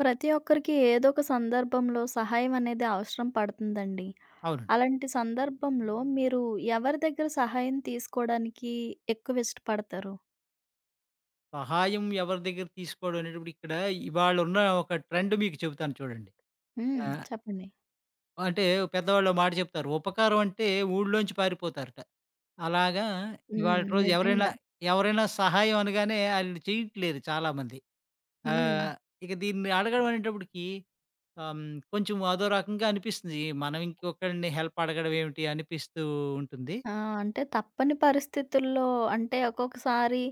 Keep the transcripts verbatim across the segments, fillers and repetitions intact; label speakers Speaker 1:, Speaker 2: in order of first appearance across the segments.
Speaker 1: ప్రతి ఒక్కరికి ఏదో ఒక సందర్భంలో సహాయం అనేది అవసరం పడుతుందండి.
Speaker 2: అవునండి.
Speaker 1: అలాంటి సందర్భంలో మీరు ఎవరి దగ్గర సహాయం తీసుకోవడానికి ఎక్కువ ఇష్టపడతారు?
Speaker 2: సహాయం ఎవరి దగ్గర తీసుకోవడం అనేటప్పుడు ఇక్కడ ఇవాళున్న ఒక ట్రెండ్ మీకు చెబుతాను చూడండి.
Speaker 1: హ్మ్.
Speaker 2: ఆహ్,
Speaker 1: చెప్పండి.
Speaker 2: అంటే పెద్దవాళ్ళు ఓ మాట చెప్తారు. ఉపకారం అంటే ఊళ్ళోంచి పారిపోతారట. అలాగా
Speaker 1: హ్మ్.
Speaker 2: ఇవాళటి రోజు ఎవరైనా
Speaker 1: నిజంగా.
Speaker 2: ఎవరైనా సహాయం అనగానే ఆళ్ళు చేయట్లేరు చాలామంది.
Speaker 1: హ్మ్.
Speaker 2: ఆహ్, ఇక దీన్ని అడగడం అనేటప్పటికి ఆహ్, హ్మ్, కొంచెం అదో రకంగా అనిపిస్తుంది. మనం ఇంకొకళ్ళని హెల్ప్ అడగడం ఏమిటి అనిపిస్తూ ఉంటుంది.
Speaker 1: ఆ! అంటే తప్పని పరిస్థితుల్లో అంటే ఒక్కొక్కసారి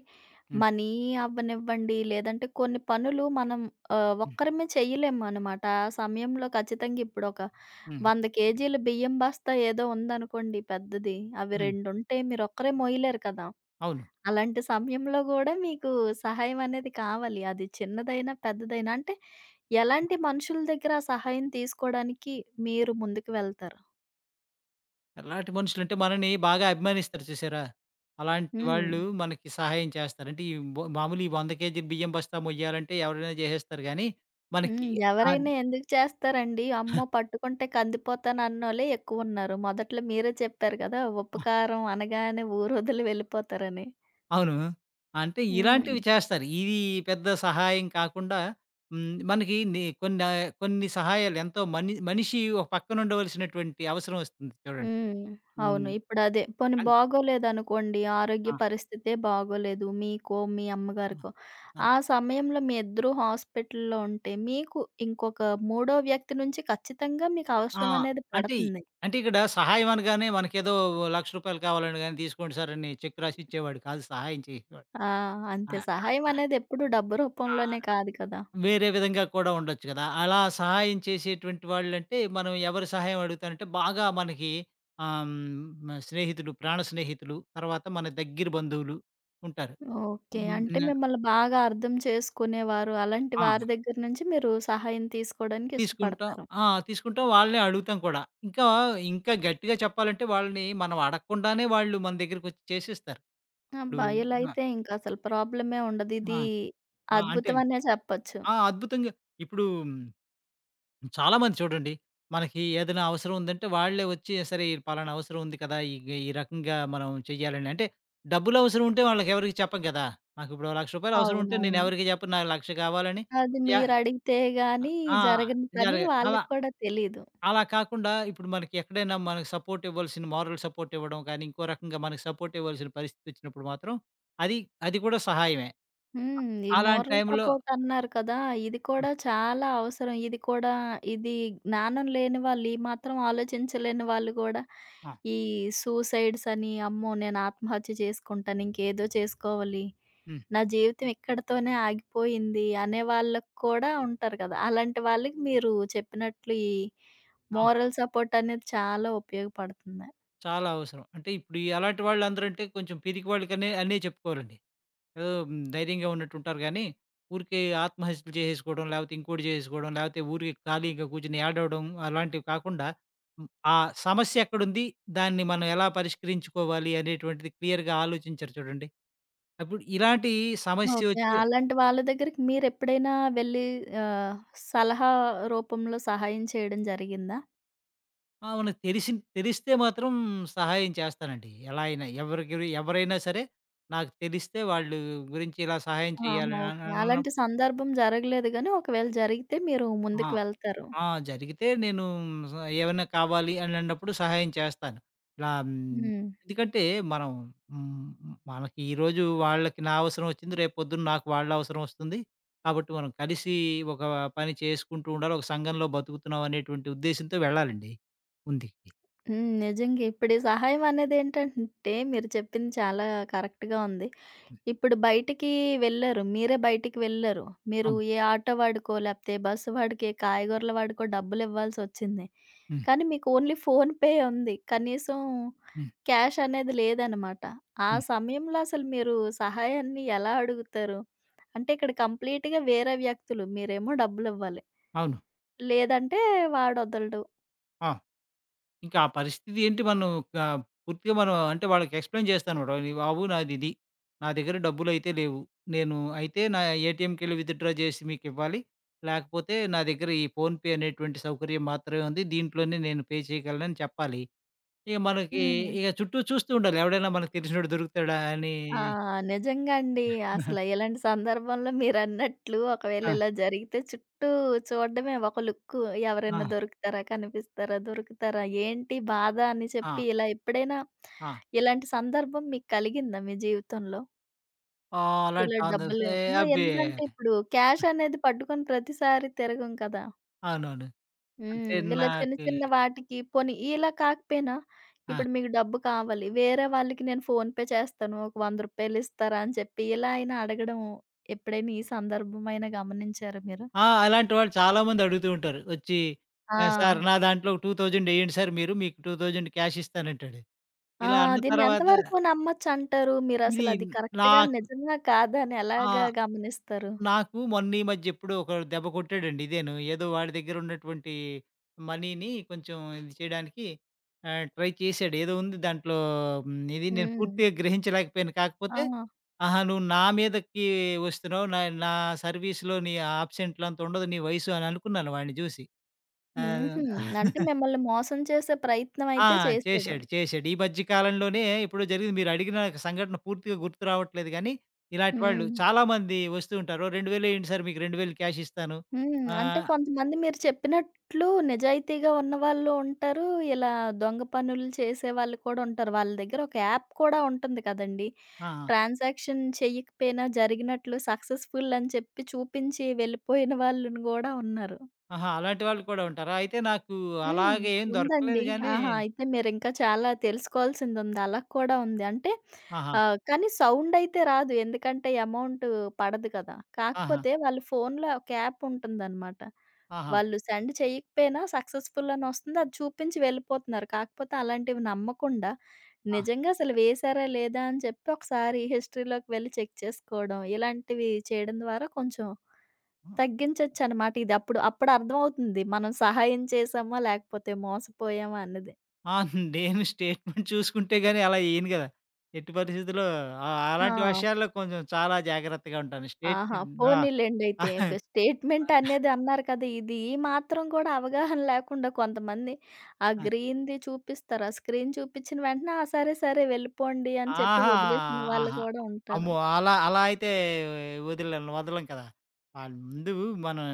Speaker 2: హ్మ్.
Speaker 1: మనీ అవ్వనివ్వండి, లేదంటే కొన్ని పనులు మనం ఆహ్,
Speaker 2: హ్మ్.
Speaker 1: ఒక్కరమే చేయలేమనమాట. ఆ సమయంలో ఖచ్చితంగా ఇప్పుడొక
Speaker 2: హ్మ్.
Speaker 1: వంద కేజీల బియ్యం బస్తా ఏదో ఉందనుకోండి పెద్దది. అవి
Speaker 2: హ్మ్.
Speaker 1: రెండు ఉంటే మీరొక్కరే మోయలేరు కదా!
Speaker 2: అవును.
Speaker 1: అలాంటి సమయంలో గూడా మీకు సహాయం అనేది కావాలి. అది చిన్నదైనా, పెద్దదైనా అంటే ఎలాంటి మనుషుల దగ్గర ఆ సహాయం తీసుకోవడానికి మీరు ముందుకు వెళ్తారు?
Speaker 2: ఎలాంటి మనుషులంటే మనని బాగా అభిమానిస్తారు చూసారా? అలాంటి
Speaker 1: హ్మ్.
Speaker 2: వాళ్ళు మనకి సహాయం చేస్తారు. అంటే ఈ బొ మామూలు ఈ వంద కేజీల బియ్యం బస్తా మొయ్యాలంటే ఎవరైనా చేసేస్తారు గానీ,
Speaker 1: హ్మ్.
Speaker 2: మనకి ఆన్
Speaker 1: ఎవరైనా ఎందుకు చేస్తారండి? అమ్మో! పట్టుకుంటే కందిపోతానన్నోళ్ళే ఎక్కువున్నారు. మొదట్లో మీరే చెప్పారు కదా! ఉప్పు, కారం అనగానే ఊరొదిలి వెళ్ళిపోతారని.
Speaker 2: అవును. అంటే
Speaker 1: హ్మ్.
Speaker 2: ఇలాంటివి చేస్తారు. ఇది పెద్ద సహాయం కాకుండా హ్మ్. మనకి ని కొన్ని కొన్ని సహాయాలు ఎంతో మని మనిషి ఒక పక్కనుండవలసినటువంటి అవసరం వస్తుంది చూడండి.
Speaker 1: హ్మ్. అవును.
Speaker 2: హ్మ్.
Speaker 1: ఇప్పుడదే పోనీ
Speaker 2: అన్
Speaker 1: బాగోలేదనుకోండి, ఆరోగ్య
Speaker 2: ఆ!
Speaker 1: పరిస్థితే బాగోలేదు. మీకో, మీ
Speaker 2: ఆ!
Speaker 1: అమ్మగారికో,
Speaker 2: ఆ!
Speaker 1: ఆ సమయంలో మీ ఇద్దరూ హాస్పిటల్‌లో ఉంటే, మీకు ఇంకొక మూడో వ్యక్తి నుంచి ఖచ్చితంగా మీకు
Speaker 2: ఆ!
Speaker 1: అవసరం అనేది
Speaker 2: అంటే
Speaker 1: పడతంది.
Speaker 2: అంటే ఇక్కడ సహాయం అనగానే మనకేదో రూ. ఒక,లక్ష కావాలని గాని తీసుకోండి సార్ అని చెక్ రాసి ఇచ్చేవాడు కాదు సహాయం చేసేవాడు.
Speaker 1: ఆ!
Speaker 2: ఆ!
Speaker 1: అంతే. సహాయం అనేది ఎప్పుడు డబ్బు రూపంలోనే
Speaker 2: ఆ!
Speaker 1: కాదు కదా!
Speaker 2: వేరే విధంగా కూడా ఉండొచ్చు కదా! అలా సహాయం చేసేటువంటి వాళ్ళంటే మనం ఎవరి సహాయం అడుగుతానంటే బాగా మనకి ఆహ్, హ్మ్, స్నేహితులు, ప్రాణ స్నేహితులు, తర్వాత మన దగ్గర బంధువులు ఉంటారు.
Speaker 1: ఓకే.
Speaker 2: హ్మ్.
Speaker 1: అంటే
Speaker 2: హ్మ్.
Speaker 1: మిమ్మల్ని బాగా అర్థం చేసుకునేవారు. అలాంటి
Speaker 2: ఆ!
Speaker 1: వారి దగ్గర నుంచి మీరు సహాయం తీసుకోవడానికి
Speaker 2: తీసుకుంటాం.
Speaker 1: ఇష్టపడతారు.
Speaker 2: ఆ! తీసుకుంటాం వాళ్ళనే అడుగుతాం కూడా. ఇంకా ఇంకా గట్టిగా చెప్పాలంటే వాళ్ళని మనం అడగకుండానే వాళ్ళు మన దగ్గరకొచ్చి చేసేస్తారు. ఇప్పుడు
Speaker 1: అబ్బా! ఇలా
Speaker 2: ఆ!
Speaker 1: అయితే ఇంకా అసలు ప్రాబ్లమే ఉండదు.
Speaker 2: ఆ!
Speaker 1: ఇది
Speaker 2: ఆ! అంటే
Speaker 1: అద్భుతం అనే చెప్పొచ్చు.
Speaker 2: ఆ! అద్భుతంగా ఇప్పుడు చాలామంది చూడండి. మనకి ఏదైనా అవసరం ఉందంటే వాళ్ళే వచ్చి సరే ఈ పలానా అవసరం ఉంది కదా! ఈ ఈ రకంగా మనం చెయ్యాలని అంటే డబ్బులు అవసరం ఉంటే వాళ్ళకి ఎవరికీ చెప్పం కదా! నాకు ఇప్పుడు రూ. ఒక,లక్ష అవసరం ఉంటే నేను
Speaker 1: అవునవును.
Speaker 2: ఎవరికీ చెప్పను. నాకు ఒక,లక్ష కావాలని
Speaker 1: అది
Speaker 2: యా
Speaker 1: మీరడిగితే గాని
Speaker 2: ఆ!
Speaker 1: జరగని పని
Speaker 2: జరగ అలా
Speaker 1: వాళ్ళకి కూడా తెలీదు.
Speaker 2: అలా కాకుండా ఇప్పుడు మనకి ఎక్కడైనా మనకు సపోర్ట్ ఇవ్వాల్సిన మారల్ సపోర్ట్ ఇవ్వడం కానీ, ఇంకో రకంగా మనకు సపోర్ట్ ఇవ్వాల్సిన పరిస్థితి వచ్చినప్పుడు మాత్రం అది అది కూడా సహాయమే.
Speaker 1: హ్మ్. ఈ
Speaker 2: అలాంటి
Speaker 1: మోరల్
Speaker 2: టైంలో
Speaker 1: సపోర్ట్ అన్నారు కదా! ఇది కూడా చాలా అవసరం. ఇది కూడా ఇది జ్ఞానం లేని వాళ్ళు, ఈ మాత్రం ఆలోచించలేని వాళ్ళు గూడా
Speaker 2: ఆ!
Speaker 1: ఈ సూసైడ్స్ అని, అమ్మో! నేను ఆత్మహత్య చేసుకుంటాను. ఇంకేదో చేసుకోవాలి.
Speaker 2: హ్మ్.
Speaker 1: నా జీవితం ఇక్కడితోనే ఆగిపోయింది అనే వాళ్ళకి కూడా ఉంటారు కదా! అలాంటి వాళ్ళకి మీరు చెప్పినట్లు ఈ
Speaker 2: అవును.
Speaker 1: మోరల్ సపోర్ట్ అనేది చాలా ఉపయోగపడుతుంది.
Speaker 2: చాలా అవసరం. అంటే ఇప్పుడు ఈ అలాంటి వాళ్ళందరంటే కొంచెం పిరికి వాళ్ళకనే అనే చెప్పుకోవాలండి. ఏదో హ్మ్, ధైర్యంగా ఉన్నట్టుంటారు గానీ, ఊరికే ఆత్మహత్యలు చేసేసుకోవడం, లేపోతే ఇంకోటి చేసేసుకోవడం, లేపోతే ఊరికే ఖాళీగా కూర్చొని ఏడవడం అలాంటివి కాకుండా, హ్మ్, ఆ సమస్య ఎక్కడుంది? దాన్ని మనం ఎలా పరిష్కరించుకోవాలి? అనేటువంటిది క్లియర్‌గా ఆలోచించరు చూడండి. అప్పుడు ఇలాంటి సమస్య
Speaker 1: ఓకే.
Speaker 2: వచ్చి
Speaker 1: అలాంటి వాళ్ళ దగ్గరికి మీరెప్పుడైనా వెళ్లి ఆహ్, సలహా రూపంలో సహాయం చేయడం జరిగిందా?
Speaker 2: ఆ! మనకు తెలిసి తెలిస్తే మాత్రం సహాయం చేస్తానండి. ఎలా అయినా ఎవరికి ఎవరైనా సరే నాకు తెలిస్తే వాళ్ళు గురించి ఇలా సహాయం
Speaker 1: ఆహా!
Speaker 2: చేయాలి అని
Speaker 1: ఓకే.
Speaker 2: అనను.
Speaker 1: అలాంటి సందర్భం జరగలేదు గానీ, ఒకవేళ జరిగితే మీరు
Speaker 2: ఆ!
Speaker 1: ముందుకు వెళ్తారు.
Speaker 2: ఆ! జరిగితే నేను స ఏవన్నా కావాలి అనన్నప్పుడు సహాయం చేస్తాను. ఇలా హ్మ్,
Speaker 1: హ్మ్.
Speaker 2: ఎందుకంటే మనం హ్మ్, మనకి ఈరోజు వాళ్ళకి నా అవసరం వచ్చింది. రేపు పొద్దున్న నాకు వాళ్ళ అవసరం వస్తుంది. కాబట్టి మనం కలిసి ఒక పని చేసుకుంటూ ఉండాలి. ఒక సంఘంలో బతుకుతున్నాం అనేటువంటి ఉద్దేశ్యంతో వెళ్ళాలండి ముందుకి.
Speaker 1: హ్మ్. నిజంగా ఇప్పుడు ఈ సహాయం అనేదేంటంటే, మీరు చెప్పింది చాలా కరెక్ట్‌గా ఉంది.
Speaker 2: హ్మ్.
Speaker 1: ఇప్పుడు బయటికి వెళ్లరు. మీరే బయటికి వెళ్లరు. మీరు
Speaker 2: అవును.
Speaker 1: ఏ ఆటో వాడికో, లేపోతే బస్సు వాడికి, ఏ కాయగూరల వాడికో డబ్బులివ్వాల్సొచ్చింది.
Speaker 2: హ్మ్.
Speaker 1: కానీ మీకు ఓన్లీ ఫోన్‌పే ఉంది. కనీసం
Speaker 2: హ్మ్.
Speaker 1: క్యాష్ అనేది లేదనమాట. ఆ
Speaker 2: హ్మ్.
Speaker 1: సమయంలో అసలు మీరు సహాయాన్ని ఎలా అడుగుతారు? అంటే ఇక్కడ కంప్లీట్‌గా వేరే వ్యక్తులు. మీరేమో డబ్బులివ్వాలి.
Speaker 2: అవును.
Speaker 1: లేదంటే వాడొదలడు.
Speaker 2: ఆ! ఇంకా ఆ పరిస్థితి ఏంటి మనం కా పూర్తిగా మనం అంటే వాళ్ళకి ఎక్స్‌ప్లెయిన్ చేస్తానమాట. "ఇది బాబు నాదిది. నా దగ్గర డబ్బులైతే లేవు. నేను అయితే నా ఏటీఎంకెళ్ళి విత్‌డ్రా చేసి మీకివ్వాలి. లేకపోతే నా దగ్గర ఈ ఫోన్‌పే అనేటువంటి సౌకర్యం మాత్రమే ఉంది. దీంట్లోనే నేను పే చేయగలనని" చెప్పాలి. ఇక మనకి
Speaker 1: హ్మ్.
Speaker 2: ఇక చుట్టూ చూస్తూ ఉండాలి. ఎవడైనా మనకు తెలిసినోడు దొరుకుతాడా అని.
Speaker 1: ఆ! నిజంగా అండి. అసల ఇలాంటి సందర్భంలో మీరన్నట్లు ఒకవేళ
Speaker 2: ఆ!
Speaker 1: ఇలా జరిగితే చుట్టూ చూడడమే ఒక లుక్కు.
Speaker 2: ఆ!
Speaker 1: ఎవరైనా దొరుకుతారా? కనిపిస్తారా? దొరుకుతారా? ఏంటి బాధ అని
Speaker 2: ఆ!
Speaker 1: చెప్పి ఇలా ఎప్పుడైనా
Speaker 2: ఆ!
Speaker 1: ఇలాంటి సందర్భం మీకు కలిగిందా మీ జీవితంలో?
Speaker 2: ఆహ్, అలాంటి
Speaker 1: ఇలా
Speaker 2: సందర్భ
Speaker 1: డబ్బులు
Speaker 2: ఏ
Speaker 1: హ్మ్.
Speaker 2: అబ్బే!
Speaker 1: ఎందుకంటే ఇప్పుడు క్యాష్ అనేది పట్టుకొని ప్రతిసారి తిరగం కదా!
Speaker 2: అవునవును. అంటే
Speaker 1: హ్మ్. ఇలా చిన్న
Speaker 2: నాకు
Speaker 1: చిన్న వాటికి పోనీ ఇలా కాకపోయినా
Speaker 2: ఆ!
Speaker 1: ఇప్పుడు మీకు డబ్బు కావాలి. వేరే వాళ్ళకి నేను ఫోన్‌పే చేస్తాను. ఒక రూ. వంద ఇస్తారా అని చెప్పి ఇలా అయినా అడగడం ఎప్పుడైనా ఈ సందర్భమైనా గమనించారా మీరు?
Speaker 2: ఆ! అలాంటి వాళ్ళు చాలామంది అడుగుతూ ఉంటారు. వచ్చి ఆహ్, "సార్
Speaker 1: ఆ!
Speaker 2: నా దాంట్లో రెండు వేలు ఎయ్యండి సార్ మీరు. మీకు రెండు వేలు క్యాష్ ఇస్తానంటాడు."
Speaker 1: ఆ!
Speaker 2: ఇలా అన్న
Speaker 1: దీన్ని
Speaker 2: తర్వాత
Speaker 1: ఎంతవరకు నమ్మొచ్చంటారు?
Speaker 2: ఇది
Speaker 1: మీరసలు అది కరెక్ట్‌గా
Speaker 2: నాకు
Speaker 1: నిజమా కాదా అని
Speaker 2: ఆ!
Speaker 1: ఎలాగా గమనిస్తారు?
Speaker 2: నాకు మొన్న ఈ మధ్య ఎప్పుడో ఒకడు దెబ్బ కొట్టాడండి ఇదేను. ఏదో వాడి దగ్గర ఉన్నటువంటి మనీని కొంచెం ఇది చేయడానికి ఆహ్, ట్రై చేశాడు. ఏదో ఉంది దాంట్లో హ్మ్, ఇది నేను
Speaker 1: హ్మ్.
Speaker 2: పూర్తిగా గ్రహించలేకపోయాను.
Speaker 1: ఆ!
Speaker 2: కాకపోతే "ఆహా! నువ్వు నా మీదకి వస్తున్నావు. నా నా సర్వీస్‌లో నీ ఆబ్సెంట్లు అంత ఉండదు నీ వయసు" అని అనుకున్నాను వాడిని చూసి. ఆహ్,
Speaker 1: హుహు. అంటే మిమ్మల్ని మోసం చేసే ప్రయత్నం
Speaker 2: ఆ!
Speaker 1: అయితే చేసాడు.
Speaker 2: చేశాడు. చేశాడు. ఈ మధ్య కాలంలోనే ఎప్పుడో జరిగింది. మీరడిగిన సంఘటన పూర్తిగా గుర్తు రావట్లేదు గానీ, ఇలాంటి వాళ్ళు
Speaker 1: హ్మ్.
Speaker 2: చాలామంది వస్తూ ఉంటారు. "ఓహ్! రెండు వేలు వేయండి సార్ మీకు రెండు వేలు క్యాష్ ఇస్తాను."
Speaker 1: హ్మ్. అంటే
Speaker 2: ఆహ్,
Speaker 1: కొంతమంది మీరు చెప్పినట్లు నిజాయితీగా ఉన్నవాళ్ళు ఉంటారు. ఇలా దొంగ పనులు చేసేవాళ్ళు కూడా ఉంటారు. వాళ్ళ దగ్గర ఒక యాప్ కూడా ఉంటుంది కదండీ!
Speaker 2: ఆ!
Speaker 1: ట్రాన్సాక్షన్ చెయ్యకపోయినా జరిగినట్లు సక్సెస్‌ఫుల్ అని చెప్పి చూపించి వెళ్ళిపోయిన వాళ్ళును గూడా ఉన్నారు.
Speaker 2: ఆహా! అలాంటి వాళ్ళు కూడా ఉంటారా? అయితే నాకు
Speaker 1: హ్మ్.
Speaker 2: అలాగే ఏం
Speaker 1: ఉందండి.
Speaker 2: దొరకలేదు గానీ.
Speaker 1: ఆహా! అయితే మీరింకా చాలా తెలుసుకోవాల్సిందుంది. అలా కూడా ఉంది. అంటే
Speaker 2: ఆహా!
Speaker 1: ఆహ్, కానీ సౌండయితే రాదు. ఎందుకంటే ఎమౌంట్ పడదు కదా!
Speaker 2: ఆహా!
Speaker 1: కాకపోతే వాళ్ళ ఫోన్‌లో ఒక యాప్ ఉంటుందనమాట.
Speaker 2: ఆహా!
Speaker 1: వాళ్ళు సెండ్ చేయకపోయినా సక్సెస్‌ఫుల్ అనొస్తుంది. అది చూపించి వెళ్ళిపోతున్నారు. కాకపోతే అలాంటివి నమ్మకుండా
Speaker 2: ఆ!
Speaker 1: నిజంగా అసలు వేశారా లేదా అని చెప్పి ఒకసారి హిస్టరీలోకి వెళ్లి చెక్ చేసుకోవడం, ఇలాంటివి చేయడం ద్వారా కొంచెం తగ్గించొచ్చనమాట. ఇది అప్పుడు, అప్పుడు అర్థమవుతుంది. మనం సహాయం చేశామా? లేకపోతే మోసపోయామా అన్నది.
Speaker 2: ఆ! నేను స్టేట్‌మెంట్ చూసుకుంటే గాని అలా ఎయను గదా! ఎట్టి పరిస్థితిలో ఆహ్, అలాంటి
Speaker 1: ఆ!
Speaker 2: విషయాల్లో కొంచెం చాలా జాగ్రత్తగా ఉంటాను.
Speaker 1: ఆహా!
Speaker 2: స్టేట్‌మెంట్ ఆ!
Speaker 1: పోనీలెండి అయితే. ఒక స్టేట్‌మెంట్ అనేది అన్నారు కదా! ఇది ఈ మాత్రం కూడా అవగాహన లేకుండా కొంతమంది ఆ గ్రీన్‌ది చూపిస్తారు. ఆ స్క్రీన్ చూపిచ్చిన వెంటనే, ఆ! సరే, సరే వెళ్ళిపోండి అని చెప్పి
Speaker 2: ఆహా!
Speaker 1: వదిలేసిన వాళ్ళు
Speaker 2: ఆహా!
Speaker 1: కూడా ఉంటారు.
Speaker 2: అమ్మో! అలా అలా అయితే వదిలలేం వదలం కదా! ఆహ్, ముందు మనం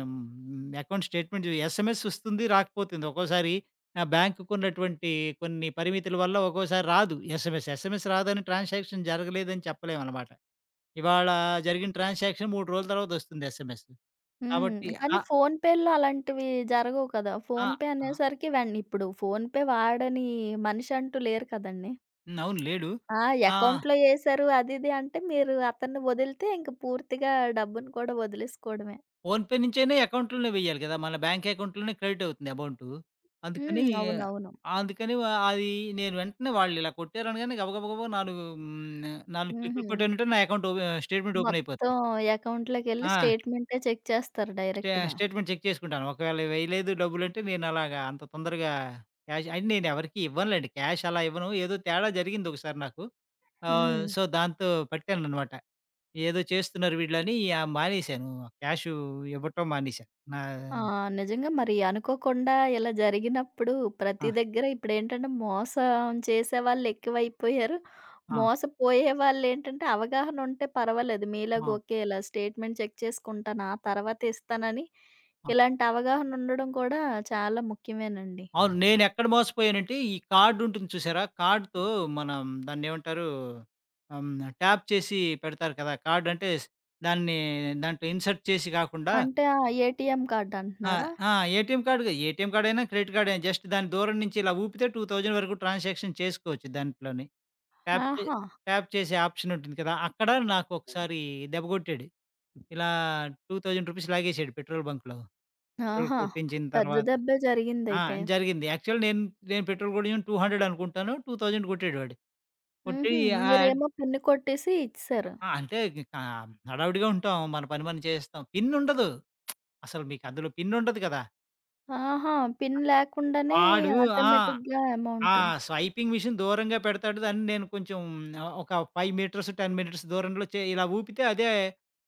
Speaker 2: అకౌంట్ స్టేట్‌మెంట్ ఎస్ఎంఎస్ వస్తుంది, రాకపోతుంది. ఒక్కోసారి ఆహ్, బ్యాంకుకున్నటువంటి కొన్ని పరిమితుల వల్ల ఒక్కోసారి రాదు ఎస్ఎంఎస్. ఎస్ఎంఎస్ రాదని ట్రాన్సాక్షన్ జరగలేదని చెప్పలేమనమాట. ఇవాళ జరిగిన ట్రాన్సాక్షన్ మూడు రోజుల తర్వాత వస్తుంది ఎస్ఎంఎస్.
Speaker 1: హ్మ్.
Speaker 2: కాబట్టి
Speaker 1: కానీ
Speaker 2: ఆహ్,
Speaker 1: ఫోన్‌పే‌లో అలాంటివి జరగవు కదా!
Speaker 2: ఆ!
Speaker 1: ఫోన్‌పే
Speaker 2: ఆ!
Speaker 1: అనేసరికి వెన్ ఇప్పుడు ఫోన్‌పే వాడని మనిషి అంటూ లేరు కదండీ!
Speaker 2: హ్మ్. అవును. లేడు.
Speaker 1: ఆ!
Speaker 2: ఆ!
Speaker 1: అకౌంట్‌లో ఏశారు అది ఇది అంటే మీరు అతన్ని వదిలితే ఇంక పూర్తిగా డబ్బును కూడా వదిలేసుకోవడమే.
Speaker 2: ఫోన్‌పే నుంచైనా అకౌంట్‌లోనే వెయ్యాలి కదా! మన బ్యాంక్ అకౌంట్‌లోనే క్రెడిట్ అవుతుంది అమౌంటు. అందుకని
Speaker 1: హ్మ్. అవునవును.
Speaker 2: అందుకని వ అది నేను వెంటనే వాళ్ళిలా కొట్టారనగానే గబగబా నాలుగు హ్మ్, నాలుగు క్లిక్‌లు
Speaker 1: హుహు.
Speaker 2: కొట్టానంటే నా అకౌంట్ ఓపె స్టేట్‌మెంట్ ఓపెన్
Speaker 1: మొత్తం
Speaker 2: అయిపోతది.
Speaker 1: అకౌంట్‌లోకెళ్ళి
Speaker 2: ఆ!
Speaker 1: స్టేట్‌మెంటే చెక్ చేస్తారు
Speaker 2: స్టే
Speaker 1: డైరెక్ట్‌గా.
Speaker 2: స్టేట్‌మెంట్ చెక్ చేసుకుంటాను. ఒకవేళ వేయలేదు డబ్బులంటే నేను అలాగా అంత తొందరగా క్యాష్ అయినా నేను ఎవరికీ ఇవ్వనులెండి. క్యాష్ అలా ఇవ్వను. ఏదో తేడా జరిగింది ఒకసారి నాకు. ఆహ్,
Speaker 1: హ్మ్.
Speaker 2: సో, దాంతో పట్టాననమాట. ఏదో చేస్తున్నారు వీళ్ళని ఆహ్, మానేశాను. క్యాషు ఇవ్వటం మానేశాను. నా
Speaker 1: ఆ! నిజంగా మరి అనుకోకుండా ఇలా జరిగినప్పుడు ప్రతి
Speaker 2: ఆ!
Speaker 1: దగ్గర ఇప్పుడేంటంటే మోసం చేసేవాళ్ళు ఎక్కువైపోయారు.
Speaker 2: ఆ!
Speaker 1: మోసపోయే వాళ్ళేంటంటే అవగాహన ఉంటే పర్వాలేదు. మీలాగా
Speaker 2: ఆ!
Speaker 1: ఓకే ఇలా స్టేట్‌మెంట్ చెక్ చేసుకుంటాను ఆ తర్వాత ఇస్తానని
Speaker 2: ఆ!
Speaker 1: ఇలాంటి అవగాహన ఉండడం కూడా చాలా ముఖ్యమేనండి.
Speaker 2: అవును. నేనెక్కడ మోసపోయానంటే, ఈ కార్డ్ ఉంటుంది చూసారా? కార్డ్‌తో మనం దాన్నేమంటారు? ఆహ్, హ్మ్. ట్యాప్ చేసి పెడతారు కదా! కార్డ్ అంటే స్ దాన్ని దాంట్లో ఇన్సర్ట్ చేసి కాకుండా
Speaker 1: అంటే ఆ ఏటీఎం కార్డ్
Speaker 2: ఆ!
Speaker 1: అంటున్నారా?
Speaker 2: ఆ! ఏటీఎం కార్డ్‌గా ఏటీఎం కార్డ్ అయినా, క్రెడిట్ కార్డ్ అయినా జస్ట్ దాన్ని దూరం నుంచి ఇలా ఊపితే రెండు వేల వరకు ట్రాన్సాక్షన్ చేసుకోవచ్చు దాంట్లోని. ట్యాప్ చే
Speaker 1: ఆహా!
Speaker 2: ట్యాప్ చేసే ఆప్షన్ ఉంటుంది కదా! అక్కడ నాకొకసారి దెబ్బగొట్టాడు. ఇలా రూ. రెండు వేలు లాగేసాడు పెట్రోల్ బంక్‌లో. పెట్రోల్
Speaker 1: ఆహా!
Speaker 2: కొట్టించిన
Speaker 1: పెద్ద
Speaker 2: తర్వాత
Speaker 1: దెబ్బే
Speaker 2: ఆ!
Speaker 1: జరిగిందయితే.
Speaker 2: జరిగింది. యాక్చువల్ నేను నేను పెట్రోల్ కొట్టించింది రెండు వందలు అనుకుంటాను. రెండు వేలు కొట్టాడు వాడు. కొట్టి
Speaker 1: హుహు.
Speaker 2: ఆహ్,
Speaker 1: మీరేమో పిన్ కొట్టేసి ఇచ్చేసారు.
Speaker 2: ఆ! అంటే కా హడావిడిగా ఉంటాం. మన పని మనం చేస్తాం. పిన్ ఉండదు. అసలు మీకు అందులో పిన్ ఉండదు కదా!
Speaker 1: ఆహా! పిన్ లేకుండానే
Speaker 2: వాడు ఆ!
Speaker 1: ఆటోమేటిక్‌గా
Speaker 2: ఆ
Speaker 1: అమౌంట్.
Speaker 2: స్వైపింగ్ మిషన్ దూరంగా పెడతాడు. దాన్ని నేను కొంచెం ఆహ్, ఒక ఐదు మీటర్స్, పది మీటర్స్ దూరంలో చే ఇలా ఊపితే అదే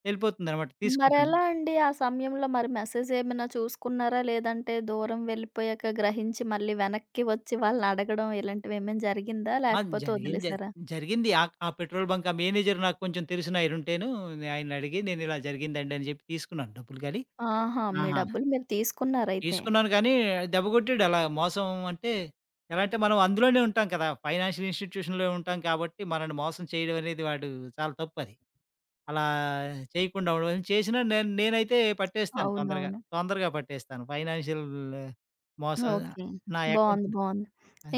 Speaker 2: వెళ్ళిపోతుందనమాట. తీసుకుంటుంది.
Speaker 1: మరెలా అండి ఆ సమయంలో మరి మెసేజ్ ఏమైనా చూసుకున్నారా? లేదంటే దూరం వెళ్ళిపోయాక గ్రహించి మళ్ళీ వెనక్కి వచ్చి వాళ్ళనడగడం ఇలాంటివి ఏమైనా జరిగిందా?
Speaker 2: ఆ!
Speaker 1: లేకపోతే
Speaker 2: జరిగింది జ
Speaker 1: వదిలేసారా?
Speaker 2: జరిగింది. ఆ ఆ పెట్రోల్ బంక్ ఆ మేనేజర్ నాకు కొంచెం తెలిసిన ఆయనుంటేను ఆయన్ని అడిగి నేను ఇలా జరిగిందండి అని చెప్పి తీసుకున్నాను డబ్బులు గాని.
Speaker 1: ఆహా! మీ
Speaker 2: ఆహా!
Speaker 1: డబ్బులు మీరు తీసుకున్నారయితే.
Speaker 2: తీసుకున్నాను కానీ, దెబ్బ కొట్టాడు అలా మోసం అంటే, ఎలా అంటే మనం అందులోనే ఉంటాం కదా! ఫైనాన్షియల్ ఇన్‌స్టిట్యూషన్‌లో ఉంటాం కాబట్టి, మనల్ని మోసం చేయడం అనేది వాడు చాలా తప్పది. అలా చేయకుండా ఉండమని చేసినా నేను నేనైతే పట్టేస్తాను తొందరగా.
Speaker 1: అవునవును.
Speaker 2: తొందరగా పట్టేస్తాను. ఫైనాన్షియల్ మోసం
Speaker 1: ఓకే.
Speaker 2: నా అకౌంట్
Speaker 1: బావుంది. బావుంది.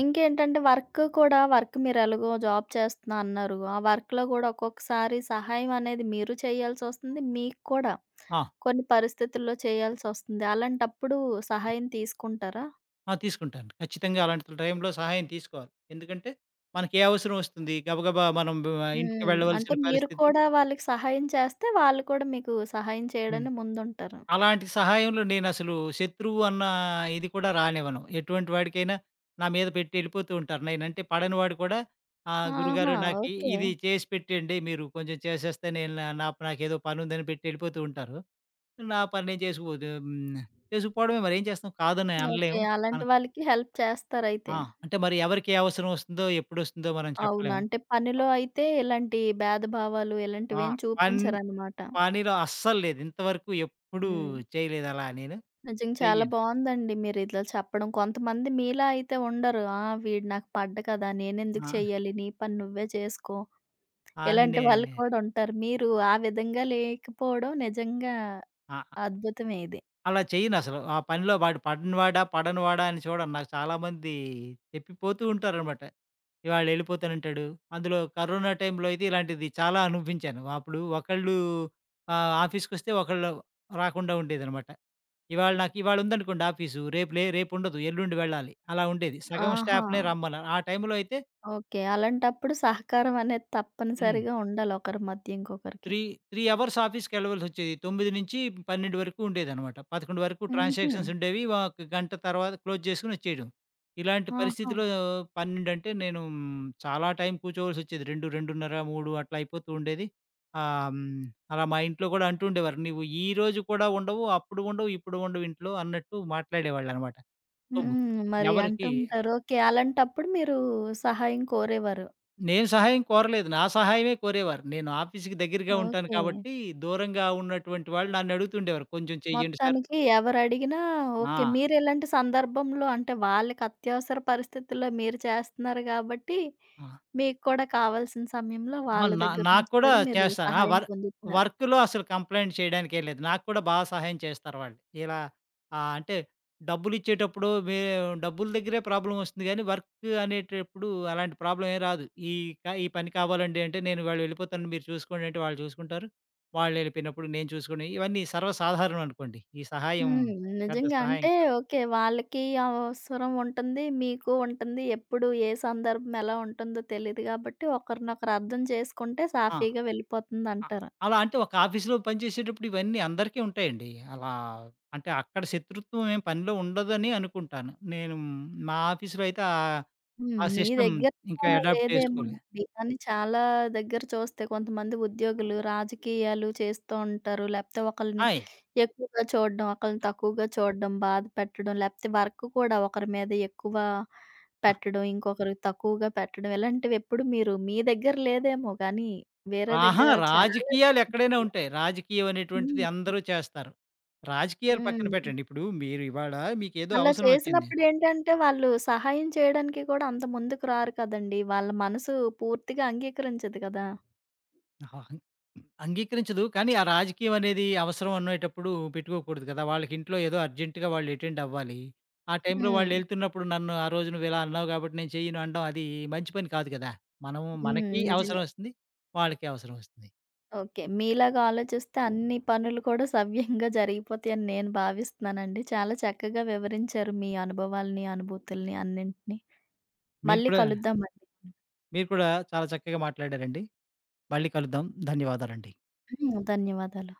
Speaker 1: ఇంకేంటంటే వర్క్ కూడా వర్క్ మీరెలాగో జాబ్ చేస్తున్నా అన్నారు. ఆ వర్క్‌లో గూడా ఒక్కొక్కసారి సహాయం అనేది మీరు చేయాల్సొస్తుంది. మీకు కూడా
Speaker 2: ఆ!
Speaker 1: కొన్ని పరిస్థితుల్లో చేయాల్సొస్తుంది. అలాంటప్పుడు సహాయం తీసుకుంటారా?
Speaker 2: ఆ! తీసుకుంటాను. ఖచ్చితంగా అలాంటి టైంలో సహాయం తీసుకోవాలి. ఎందుకంటే, మనకి ఏ అవసరం వస్తుంది? గబగబా మనం బ ఇంటికి
Speaker 1: హ్మ్. అంటే
Speaker 2: వెళ్ళవలసిన
Speaker 1: మీరు
Speaker 2: పరిస్థితి
Speaker 1: కూడా వాళ్ళకి సహాయం చేస్తే వాళ్ళు కూడా మీకు సహాయం
Speaker 2: హ్మ్.
Speaker 1: చేయడానికి ముందుంటారు.
Speaker 2: అలాంటి సహాయంలో నేనసలు శత్రువు అన్న ఇది కూడా రానివ్వను. ఎటువంటి వాడికైనా నా మీద పెట్టి వెళ్ళిపోతూ ఉంటారు. నేనంటే పడని వాడు కూడా ఆహ్, గురుగారు
Speaker 1: ఆహా!
Speaker 2: నాకీ
Speaker 1: ఓకే.
Speaker 2: ఇది చేసి పెట్టండి మీరు కొంచెం చేసేస్తే నేను నా నా నాకేదో పనుందని పెట్టి వెళ్ళిపోతూ ఉంటారు. నా పని నేను చేసుకుపోతూ హ్మ్. చేసుకుపోవడమే మరి ఏం చేస్తాం? కాదని
Speaker 1: ఓకే.
Speaker 2: అనలేం. అన
Speaker 1: అలాంటి వాళ్ళకి హెల్ప్ చేస్తారయితే.
Speaker 2: ఆ! అంటే మరి ఎవరికి ఏ అవసరం వస్తుందో, ఎప్పుడొస్తుందో మనం
Speaker 1: అవును.
Speaker 2: చెప్పలేం.
Speaker 1: అంటే పనిలో అయితే ఇలాంటి భేదభావాలు
Speaker 2: ఆ!
Speaker 1: ఇలాంటివేం
Speaker 2: పన్
Speaker 1: చూపించరనమాట.
Speaker 2: పనిలో అస్సలు లేదు. ఇంతవరకు ఎప్పుడూ
Speaker 1: హ్మ్.
Speaker 2: చేయలేదలా నేను.
Speaker 1: నిజంగా చాలా
Speaker 2: చెయ్యను.
Speaker 1: బావుందండి మీరిట్లా చెప్పడం. కొంతమంది మీలా అయితే ఉండరు. ఆ! వీడు నాకు పడ్డ కదా! నేనెందుకు
Speaker 2: ఆ!
Speaker 1: చెయ్యాలి? నీ పని నువ్వే చేసుకో. ఇలాంటి
Speaker 2: అన్నీ
Speaker 1: వాళ్ళు కూడా ఉంటారు. మీరు ఆ విధంగా లేకపోవడం నిజంగా
Speaker 2: ఆ!
Speaker 1: అద్భుతమే ఇది.
Speaker 2: అలా చేయనసలు. ఆ పనిలో వాడు పడినవాడా, పడనివాడా అని చూడను. నాకు చాలామంది చెప్పిపోతూ ఉంటారనమాట. ఇవాళెళ్ళిపోతానంటాడు. అందులో కరోనా టైంలో అయితే ఇలాంటిది చాలా అనుభవించాను. అప్పుడు ఒకళ్ళు ఆహ్, ఆఫీస్‌కొస్తే ఒకళ్ళు రాకుండా ఉండేదనమాట. ఇవాళ నాకు ఇవాళ ఉందనుకోండి ఆఫీసు. రేపు లే రేపుండదు. ఎల్లుండి వెళ్ళాలి. అలా ఉండేది. సగం
Speaker 1: ఆహా!
Speaker 2: స్టాఫ్‌నే రమ్మన్నారు. ఆ టైంలో అయితే
Speaker 1: ఓకే. అలాంటప్పుడు సహకారం అనేది
Speaker 2: హ్మ్.
Speaker 1: తప్పనిసరిగా ఉండాలి ఒకరి మధ్య ఇంకొకరికి.
Speaker 2: త్రీ మూడు అవర్స్ ఆఫీస్‌కెళ్ళవలసొచ్చేది. తొమ్మిది నుంచి పన్నెండు వరకు ఉండేదనమాట. పదకొండు వరకు
Speaker 1: హుహు.
Speaker 2: ట్రాన్సాక్షన్స్ ఉండేవి. ఒక గంట తర్వాత క్లోజ్ చేసుకొనొచ్చేయడం. ఇలాంటి
Speaker 1: ఆహా!
Speaker 2: పరిస్థితిలో పన్నెండు అంటే నేను మ్, చాలా టైం కూర్చోవాల్సొచ్చేది. రెండు, రెండున్నర, మూడు అట్లా అయిపోతూ ఉండేది. ఆహ్, హ్మ్, అలా మా ఇంట్లో గూడా అంటూ ఉండేవారు. "నువ్వు ఈ రోజు కూడా ఉండవు, అప్పుడు ఉండవు, ఇప్పుడు ఉండవు ఇంట్లో" అన్నట్టు మాట్లాడేవాళ్ళనమాట. సో,
Speaker 1: హ్మ్. మరి అంటూ
Speaker 2: ఎవరికీ
Speaker 1: ఉంటారు. ఓకే. అలాంటప్పుడు మీరు సహాయం కోరేవారు.
Speaker 2: నేను సహాయం కోరలేదు. నా సహాయమే కోరేవారు. నేను ఆఫీస్‌కి దగ్గరగా ఉంటాను
Speaker 1: ఓకే.
Speaker 2: కాబట్టి, దూరంగా ఉన్నటువంటి వాళ్ళు నన్నడుగుతుండేవారు. "కొంచెం చెయ్యండి సార్".
Speaker 1: మొత్తానికి ఎవరడిగినా ఓకే.
Speaker 2: ఆ!
Speaker 1: మీరెలాంటి సందర్భంలో అంటే వాళ్ళకి అత్యవసర పరిస్థితుల్లో మీరు చేస్తున్నారు గాబట్టి,
Speaker 2: ఆ!
Speaker 1: మీకు కూడా కావాల్సిన సమయంలో
Speaker 2: ఆ!
Speaker 1: వాళ్ళ
Speaker 2: నా
Speaker 1: దగ్గర
Speaker 2: నాకు
Speaker 1: నుంచి
Speaker 2: కూడా
Speaker 1: కూడా మీరు
Speaker 2: చేస్తారు. ఆ!
Speaker 1: సహాయం
Speaker 2: వర్
Speaker 1: పొందుతున్నారు.
Speaker 2: వర్క్‌లో అసలు కంప్లెయింట్ చేయడానికేం లేదు. నాకు కూడా బా సహాయం చేస్తారు వాళ్ళు. ఇలా ఆహ్, అంటే డబ్బులిచ్చేటప్పుడు వే డబ్బుల దగ్గరే ప్రాబ్లమొస్తుంది గానీ, వర్క్ అనేటప్పుడు అలాంటి ప్రాబ్లమ్ ఏం రాదు. ఈ క ఈ పని కావాలండి అంటే, నేను ఇవాళ వెళ్ళిపోతాను మీరు చూసుకోండి అంటే వాళ్ళు చూసుకుంటారు. వాళ్ళెళ్ళిపోయినప్పుడు నేను చూసుకొని ఇవన్నీ సర్వసాధారణం అనుకోండి. ఈ సహాయం
Speaker 1: హ్మ్.
Speaker 2: పెద్ద
Speaker 1: నిజంగా
Speaker 2: సహాయం
Speaker 1: అంటే
Speaker 2: కా
Speaker 1: ఓకే. వాళ్ళకి అవసరం ఉంటుంది. మీకు ఉంటుంది. ఎప్పుడు ఏ సందర్భం ఎలా ఉంటుందో తెలీదు గాబట్టి ఒకరినొకరు అర్థం చేసుకుంటే
Speaker 2: ఆ!
Speaker 1: సాఫీగా
Speaker 2: అ
Speaker 1: వెళ్ళిపోతుందంటారు.
Speaker 2: అలా అంటే ఒక ఆఫీస్‌లో పనిచేసేటప్పుడు ఇవన్నీ అందరికీ ఉంటాయండి. అలా అంటే అక్కడ శత్రుత్వం ఏం పనిలో ఉండదని అనుకుంటాను. నేను మా ఆఫీస్‌లో అయితే ఆహ్,
Speaker 1: హ్మ్.
Speaker 2: ఆ
Speaker 1: మీ
Speaker 2: సిస్టమ్
Speaker 1: దగ్గర
Speaker 2: ఇంకా అడాప్ట్ చేసుకోలే.
Speaker 1: లేదేమోనండి. కానీ చాలా దగ్గర చూస్తే కొంతమంది ఉద్యోగులు రాజకీయాలు చేస్తూ ఉంటారు. లేపోతే ఒకళ్ళని
Speaker 2: ఆయ్!
Speaker 1: ఎక్కువగా చూడడం, ఒకళ్ళని తక్కువగా చూడడం, బాధ పెట్టడం, లేపోతే వర్క్ కూడా ఒకరి మీద ఎక్కువ పెట్టడం, ఇంకొకరికి తక్కువగా పెట్టడం ఇలాంటివి ఎప్పుడు మీరు మీ దగ్గర లేదేమో గానీ వేరే
Speaker 2: అహా!
Speaker 1: దగ్గర చాలా దగ్గర
Speaker 2: రాజకీయాలు ఎక్కడైనా
Speaker 1: ఉంటుందా?
Speaker 2: ఉంటాయి. రాజకీయం అనేటువంటిది
Speaker 1: హ్మ్.
Speaker 2: అందరూ చేస్తారు. రాజకీయాలు పక్కన
Speaker 1: హ్మ్.
Speaker 2: పెట్టండి. ఇప్పుడు మీరు ఇవాళ మీకేదో
Speaker 1: అలా
Speaker 2: అవసరం వచ్చింది.
Speaker 1: చేసినప్పుడేంటంటే, వాళ్ళు సహాయం చేయడానికి కూడా అంత ముందుకు రారు కదండీ. వాళ్ళ మనసు పూర్తిగా అంగీకరించదు కదా!
Speaker 2: ఆహా! అంగీకరించదు. కానీ ఆ రాజకీయం అనేది అవసరం అనేటప్పుడు పెట్టుకోకూడదు కదా! వాళ్ళకి ఇంట్లో ఏదో అర్జెంట్‌గా వాళ్ళు అటెండ్ అవ్వాలి. ఆ టైంలో
Speaker 1: హ్మ్.
Speaker 2: వాళ్ళెళ్తున్నప్పుడు నన్ను ఆ రోజు నువ్వు ఇలా అన్నావు కాబట్టి నేను చెయ్యను అనడం అది మంచి పని కాదు కదా! మనం
Speaker 1: హ్మ్.
Speaker 2: మనకి
Speaker 1: నిజమే.
Speaker 2: అవసరం వస్తుంది. వాళ్ళకి అవసరం వస్తుంది.
Speaker 1: ఓకే. మీలాగా ఆలోచిస్తే అన్ని పనులు కూడా సవ్యంగా జరిగిపోతాయని నేను భావిస్తున్నానండి. చాలా చక్కగా వివరించారు మీ అనుభవాల్ని, అనుభూతుల్ని అన్నింటిని.
Speaker 2: మీరు
Speaker 1: మళ్ళీ
Speaker 2: కూడా
Speaker 1: కలుద్దామండి.
Speaker 2: మీరు కూడా చాలా చక్కగా మాట్లాడారండి. మళ్ళీ కలుద్దాం. ధన్యవాదాలండి.
Speaker 1: హ్మ్. ధన్యవాదాలు.